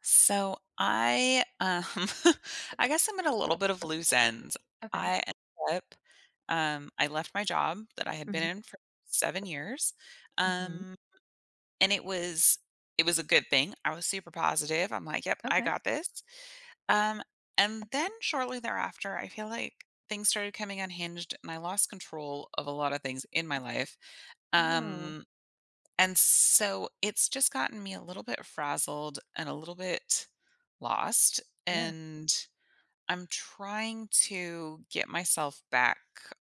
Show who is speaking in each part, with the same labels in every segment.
Speaker 1: So I, um, I guess I'm at a little bit of loose ends.
Speaker 2: Okay.
Speaker 1: I ended up, I left my job that I had been
Speaker 2: Hmm.
Speaker 1: in for 7 years,
Speaker 2: Hmm.
Speaker 1: um, and it was a good thing. I was super positive. I'm like, yep, I
Speaker 2: Okay.
Speaker 1: got this. Um, and then shortly thereafter, I feel like things started coming unhinged, and I lost control of a lot of things in my life.
Speaker 2: Oh no.
Speaker 1: Um, and so it's just gotten me a little bit frazzled and a little bit lost.
Speaker 2: Yeah.
Speaker 1: And I'm trying to get myself back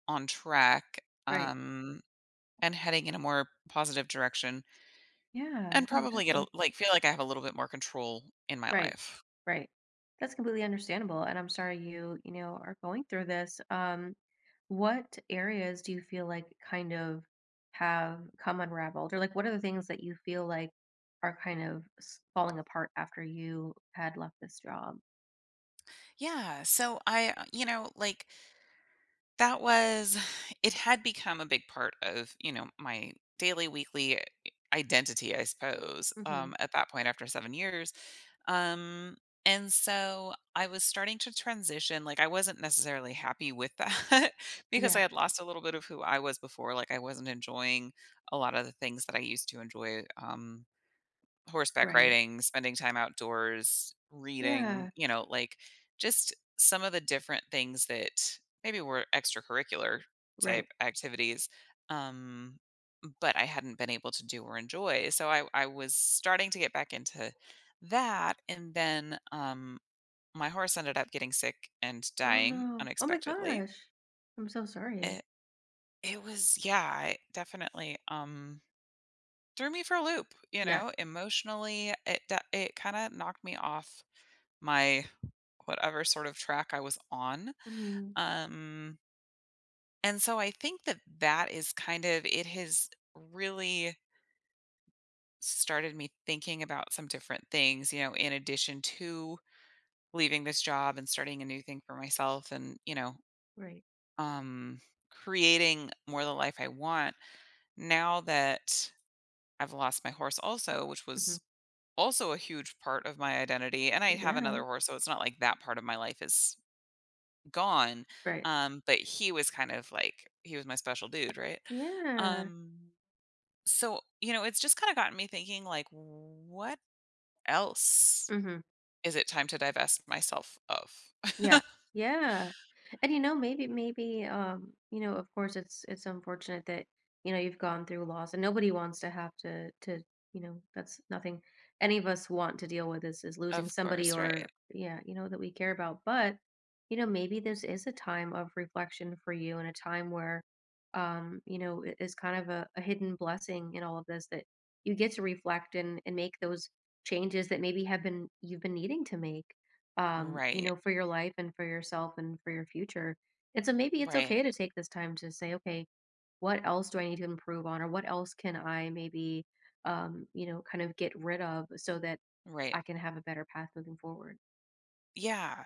Speaker 1: on track,
Speaker 2: Right.
Speaker 1: and heading in a more positive direction
Speaker 2: Yeah.
Speaker 1: and
Speaker 2: No,
Speaker 1: probably
Speaker 2: definitely.
Speaker 1: like feel like I have a little bit more control in my
Speaker 2: Right.
Speaker 1: life.
Speaker 2: Right. That's completely understandable. And I'm sorry you are going through this. What areas do you feel like kind of have come unraveled? Or like what are the things that you feel like are kind of falling apart after you had left this job?
Speaker 1: Yeah. So I, like that was, it had become a big part of, you know, my daily, weekly identity, I suppose,
Speaker 2: Hmm.
Speaker 1: at that point after 7 years. Um, and so I was starting to transition. Like I wasn't necessarily happy with that because I
Speaker 2: Yeah.
Speaker 1: had lost a little bit of who I was before. Like I wasn't enjoying a lot of the things that I used to enjoy. Horseback
Speaker 2: Right.
Speaker 1: riding, spending time outdoors, reading,
Speaker 2: Yeah.
Speaker 1: you know, like just some of the different things that maybe were extracurricular type
Speaker 2: Right.
Speaker 1: activities. Um, but I hadn't been able to do or enjoy. So I was starting to get back into that. And then, my horse ended up getting sick and
Speaker 2: Oh
Speaker 1: dying
Speaker 2: no. Oh my
Speaker 1: unexpectedly.
Speaker 2: gosh. I'm so sorry.
Speaker 1: It, yeah, I definitely. Threw me for a loop, you
Speaker 2: Yeah.
Speaker 1: know, emotionally. It kind of knocked me off my whatever sort of track I was on.
Speaker 2: Hmm.
Speaker 1: Um and so I think that is kind of it has really started me thinking about some different things, you know, in addition to leaving this job and starting a new thing for myself and,
Speaker 2: Right.
Speaker 1: um creating more the life I want now that I've lost my horse also, which
Speaker 2: Mhm.
Speaker 1: was also a huge part of my identity, and I have
Speaker 2: Yeah.
Speaker 1: another horse, so it's not like that part of my life is gone.
Speaker 2: Right.
Speaker 1: But he was kind of like he was my special dude, right?
Speaker 2: Yeah.
Speaker 1: um so you know, it's just kind of gotten me thinking like what else
Speaker 2: Mhm.
Speaker 1: is it time to divest myself of.
Speaker 2: Yeah. Yeah. And you know, maybe of course it's unfortunate that, you know, you've gone through loss and nobody wants to have to, that's nothing any of us want to deal with is losing
Speaker 1: Of
Speaker 2: somebody
Speaker 1: course. Right.
Speaker 2: or yeah, that we care about. But, you know, maybe this is a time of reflection for you and a time where it is kind of a hidden blessing in all of this that you get to reflect and make those changes that maybe have been you've been needing to make
Speaker 1: Right.
Speaker 2: for your life and for yourself and for your future. And so maybe it's
Speaker 1: Right.
Speaker 2: okay to take this time to say, okay, what else do I need to improve on, or what else can I maybe, kind of get rid of so that
Speaker 1: Right.
Speaker 2: I can have a better path moving forward.
Speaker 1: Yeah.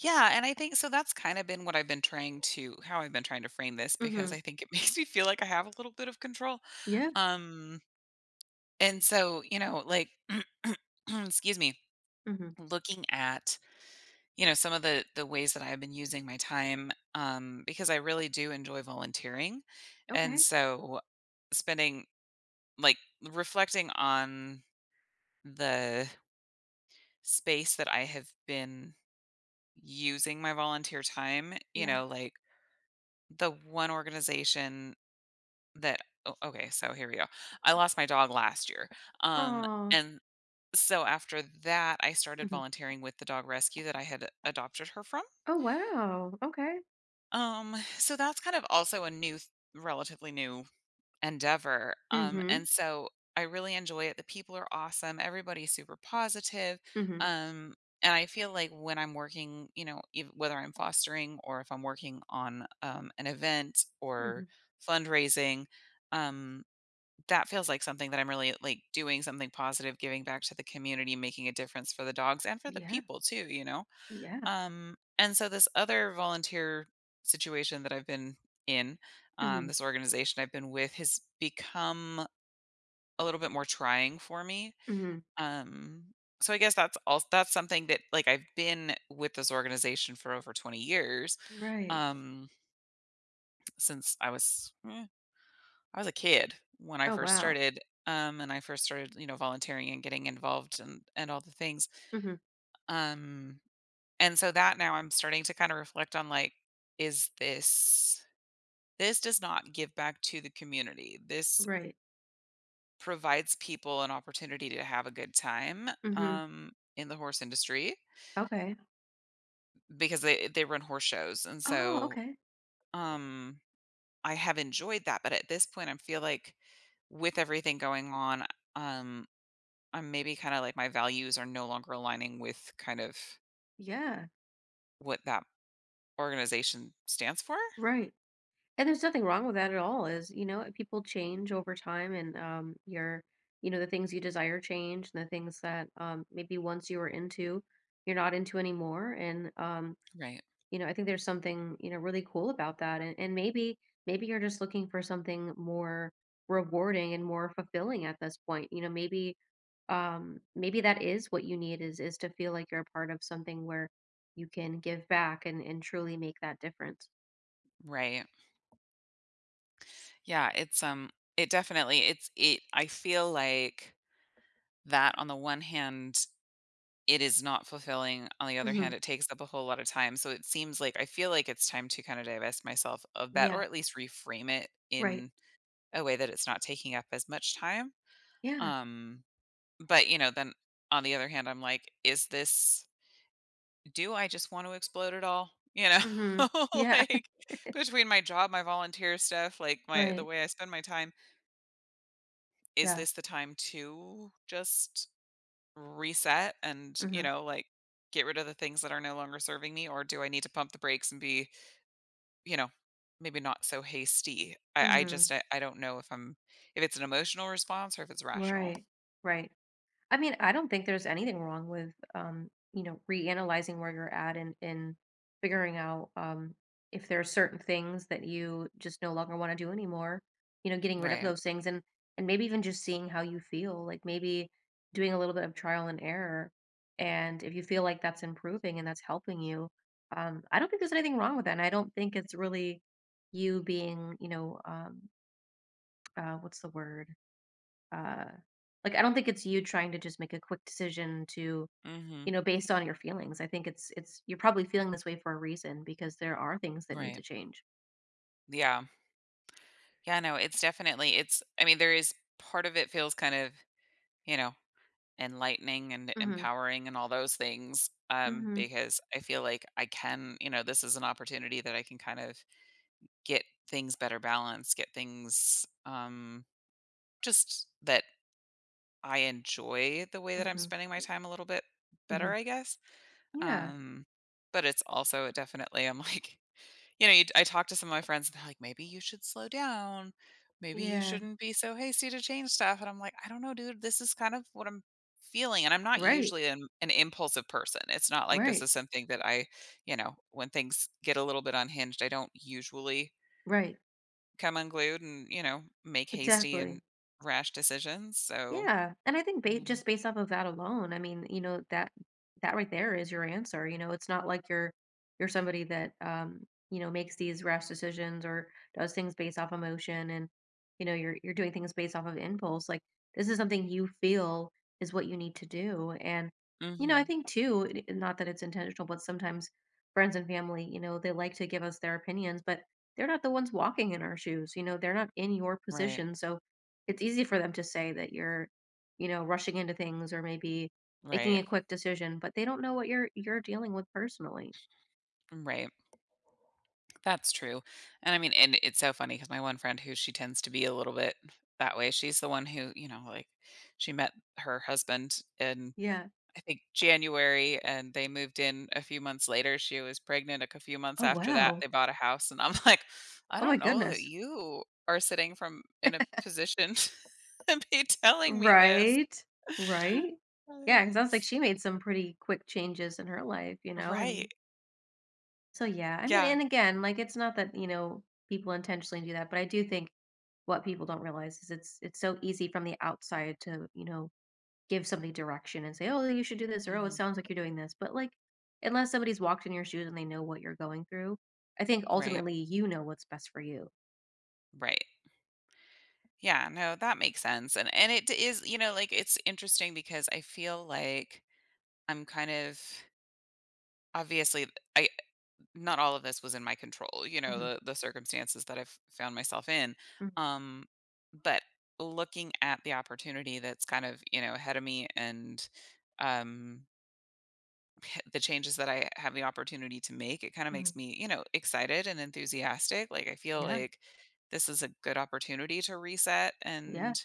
Speaker 1: Yeah, and I think, so that's kind of been what I've been trying to how I've been trying to frame this, because
Speaker 2: Mm-hmm.
Speaker 1: I think it makes me feel like I have a little bit of control.
Speaker 2: Yeah.
Speaker 1: um And so, you know, like, excuse me,
Speaker 2: Mm-hmm.
Speaker 1: looking at, you know, some of the ways that I've been using my time, because I really do enjoy volunteering. And
Speaker 2: Okay.
Speaker 1: so spending like reflecting on the space that I have been using my volunteer time,
Speaker 2: Yeah.
Speaker 1: like the one organization that oh, okay, so here we go. I lost my dog last year. Um
Speaker 2: Oh.
Speaker 1: and so after that, I started
Speaker 2: Mm-hmm.
Speaker 1: volunteering with the dog rescue that I had adopted her from.
Speaker 2: Oh wow. Okay.
Speaker 1: So that's kind of also a new relatively new endeavor.
Speaker 2: Mm-hmm.
Speaker 1: And so I really enjoy it. The people are awesome, everybody's super positive.
Speaker 2: Mm-hmm.
Speaker 1: um and I feel like when I'm working, you know, whether I'm fostering or if I'm working on, an event
Speaker 2: Mm-hmm.
Speaker 1: or fundraising, um that feels like something that I'm really like doing something positive, giving back to the community, making a difference for the dogs and for the
Speaker 2: Yeah.
Speaker 1: people too, you know?
Speaker 2: Yeah.
Speaker 1: And so this other volunteer situation that I've been in,
Speaker 2: Mm-hmm.
Speaker 1: this organization I've been with has become a little bit more trying for me.
Speaker 2: Mm-hmm.
Speaker 1: Um, so I guess that's something that, like, I've been with this organization for over 20 years,
Speaker 2: Right.
Speaker 1: um since I was I was a kid when I
Speaker 2: Oh
Speaker 1: first
Speaker 2: wow.
Speaker 1: started, and I first started, you know, volunteering and getting involved and all the things.
Speaker 2: Mm-hmm.
Speaker 1: Um, and so that now I'm starting to kind of reflect on like, is this this does not give back to the community. This
Speaker 2: Right.
Speaker 1: provides people an opportunity to have a good time,
Speaker 2: Mm-hmm.
Speaker 1: in the horse industry,
Speaker 2: Okay.
Speaker 1: because they run horse shows, and
Speaker 2: Oh,
Speaker 1: so,
Speaker 2: okay.
Speaker 1: um, I have enjoyed that. But at this point, I feel like with everything going on. Um, I'm maybe kinda like my values are no longer aligning with kind of
Speaker 2: Yeah,
Speaker 1: what that organization stands for?
Speaker 2: right. And there's nothing wrong with that at all, is, people change over time and the things you desire change and the things that maybe once you were into, you're not into anymore. And
Speaker 1: Right.
Speaker 2: I think there's something, really cool about that. And maybe you're just looking for something more rewarding and more fulfilling at this point. You know, maybe maybe that is what you need is to feel like you're a part of something where you can give back and truly make that difference.
Speaker 1: Right. Yeah, it's, it definitely it's it I feel like that, on the one hand, it is not fulfilling, on the other
Speaker 2: Mhm.
Speaker 1: hand, it takes up a whole lot of time, so it seems like I feel like it's time to kinda divest myself of that, or
Speaker 2: Yeah,
Speaker 1: at least reframe it
Speaker 2: right.
Speaker 1: in a way that it's not taking up as much time,
Speaker 2: Yeah.
Speaker 1: um but, you know, then on the other hand, I'm like, is this do I just want to explode it all? You
Speaker 2: Mhm.
Speaker 1: know,
Speaker 2: Yeah.
Speaker 1: like between my job, my volunteer stuff, like my the
Speaker 2: Right.
Speaker 1: way I spend my time, is
Speaker 2: Yeah.
Speaker 1: this the time to just reset and, you
Speaker 2: Mhm.
Speaker 1: know, like get rid of the things that are no longer serving me? Or do I need to pump the brakes and be, you know, maybe not so hasty? I, I
Speaker 2: Mhm.
Speaker 1: just I, I don't know if I'm if it's an emotional response or if it's rational.
Speaker 2: Right. Right. I mean, I don't think there's anything wrong with, reanalyzing where you're at and figuring out, if there are certain things that you just no longer want to do anymore. You know, getting rid of
Speaker 1: Right.
Speaker 2: those things and maybe even just seeing how you feel. Like maybe doing a little bit of trial and error, and if you feel like that's improving and that's helping you, I don't think there's anything wrong with that. And I don't think it's really you being, what's the word? uh like, I don't think it's you trying to just make a quick decision to,
Speaker 1: Mm-hmm.
Speaker 2: you know, based on your feelings. I think it's you're probably feeling this way for a reason because there are things that need
Speaker 1: Right.
Speaker 2: to change.
Speaker 1: Yeah. Yeah, no, it's definitely it's I mean, there is part of it feels kind of, you know, enlightening and
Speaker 2: Mhm.
Speaker 1: empowering and all those things.
Speaker 2: Mhm.
Speaker 1: Because I feel like I can, you know, this is an opportunity that I can kind of get things better balanced, get things, just that I enjoy the way that I'm
Speaker 2: Mhm.
Speaker 1: spending my time a little bit better,
Speaker 2: Mhm.
Speaker 1: I guess.
Speaker 2: Yeah,
Speaker 1: Um, but it's also it definitely I'm like, you know, you I talked to some of my friends and they're like, "Maybe you should slow down. Maybe you
Speaker 2: yeah.
Speaker 1: shouldn't be so hasty to change stuff." And I'm like, "I don't know, dude. This is kind of what I'm feeling." And I'm not
Speaker 2: Right,
Speaker 1: usually an impulsive person. It's not like this
Speaker 2: right,
Speaker 1: is something that I, you know, when things get a little bit unhinged, I don't usually
Speaker 2: right.
Speaker 1: come unglued and, you know, make hasty
Speaker 2: Exactly.
Speaker 1: and rash decisions. So,
Speaker 2: Yeah, and I think ba
Speaker 1: um,
Speaker 2: just based off of that alone, I mean, you know, that right there is your answer, you know, it's not like you're somebody that, makes these rash decisions or does things based off emotion and you're doing things based off of impulse, like, this is something you feel is what you need to do, and I
Speaker 1: mhm.
Speaker 2: think too, it not that it's intentional, but sometimes friends and family, they like to give us their opinions, but they're not the ones walking in our shoes, they're not in your
Speaker 1: Right.
Speaker 2: position, so it's easy for them to say that you're rushing into things or maybe making
Speaker 1: Right.
Speaker 2: a quick decision, but they don't know what you're dealing with personally.
Speaker 1: Right. That's true. And I mean, and it's so funny because my one friend who she tends to be a little bit that way, she's the one who, you know, like she met her husband in,
Speaker 2: Yeah.
Speaker 1: I think, January, and they moved in a few months later. She was pregnant like a few months
Speaker 2: Oh,
Speaker 1: after that.
Speaker 2: wow.
Speaker 1: They bought a house. And I'm like, I
Speaker 2: Oh my
Speaker 1: don't know that
Speaker 2: goodness.
Speaker 1: you are sitting from in a position to be telling me this.
Speaker 2: Right. Right.
Speaker 1: Uh,
Speaker 2: Yeah, it sounds like she made some pretty quick changes in her life, you know? And
Speaker 1: Right.
Speaker 2: so, yeah, I mean,
Speaker 1: Yeah.
Speaker 2: and again, like it's not that, people intentionally do that, but I do think what people don't realize is it's so easy from the outside to, give somebody direction and say, "Oh, you should do this," or "Oh, it
Speaker 1: hmm
Speaker 2: sounds like you're doing this." But like, unless somebody's walked in your shoes and they know what you're going through, I think
Speaker 1: Right.
Speaker 2: ultimately you know what's best for you.
Speaker 1: Right. Yeah, no, that makes sense, and it is, you know, like, it's interesting because I feel like I'm kind of obviously, I not all of this was in my control, you know,
Speaker 2: Hmm.
Speaker 1: the circumstances that I've found myself in,
Speaker 2: Hmm.
Speaker 1: um, but looking at the opportunity that's kind of, you know, ahead of me and, um, the changes that I have the opportunity to make, it kinda makes
Speaker 2: Hmm.
Speaker 1: me, you know, excited and enthusiastic, like, I feel
Speaker 2: Yeah,
Speaker 1: like this is a good opportunity to reset
Speaker 2: yeah,
Speaker 1: and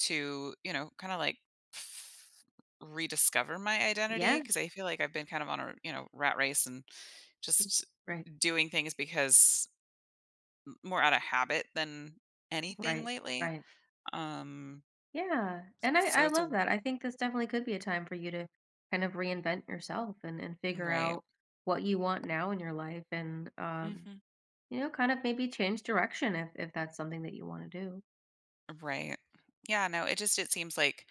Speaker 1: to, you know, kind of like f- rediscover my identity,
Speaker 2: yeah.
Speaker 1: because I feel like I've been kind of on a, you know, rat race and just
Speaker 2: Right,
Speaker 1: doing things because more out of habit than anything
Speaker 2: right,
Speaker 1: lately.
Speaker 2: right.
Speaker 1: Um
Speaker 2: Yeah, and I
Speaker 1: so
Speaker 2: I
Speaker 1: it's a
Speaker 2: love that. I think this definitely could be a time for you to kind of reinvent yourself and figure
Speaker 1: right.
Speaker 2: out what you want now in your life and
Speaker 1: hmm
Speaker 2: kind of maybe change direction if that's something that you want to do.
Speaker 1: Right. Yeah, no, it just it seems like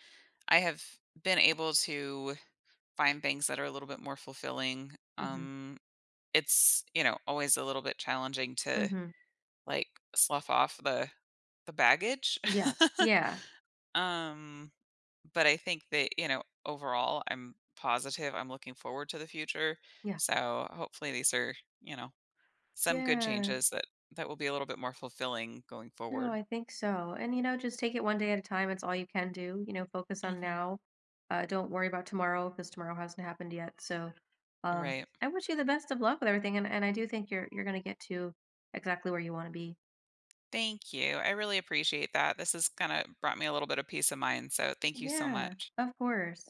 Speaker 1: I have been able to find things that are a little bit more fulfilling.
Speaker 2: Hmm.
Speaker 1: Um it's, you know, always a little bit challenging to
Speaker 2: Hmm.
Speaker 1: like, slough off the baggage.
Speaker 2: Yeah, yeah,
Speaker 1: Um, but I think that, you know, overall, I'm positive, I'm looking forward to the future,
Speaker 2: yeah.
Speaker 1: so hopefully these are, you know, some good
Speaker 2: Yeah,
Speaker 1: changes that that will be a little bit more fulfilling going
Speaker 2: no,
Speaker 1: forward.
Speaker 2: I think so. And just take it one day at a time. It's all you can do. Focus on
Speaker 1: Mhm.
Speaker 2: now. Don't worry about tomorrow because tomorrow hasn't happened yet. So, um,
Speaker 1: Right.
Speaker 2: I wish you the best of luck with everything, and I do think you're gonna get to exactly where you want to be.
Speaker 1: Thank you, I really appreciate that, this has kinda brought me a little bit of peace of mind, so thank you so
Speaker 2: Yeah,
Speaker 1: much.
Speaker 2: of course.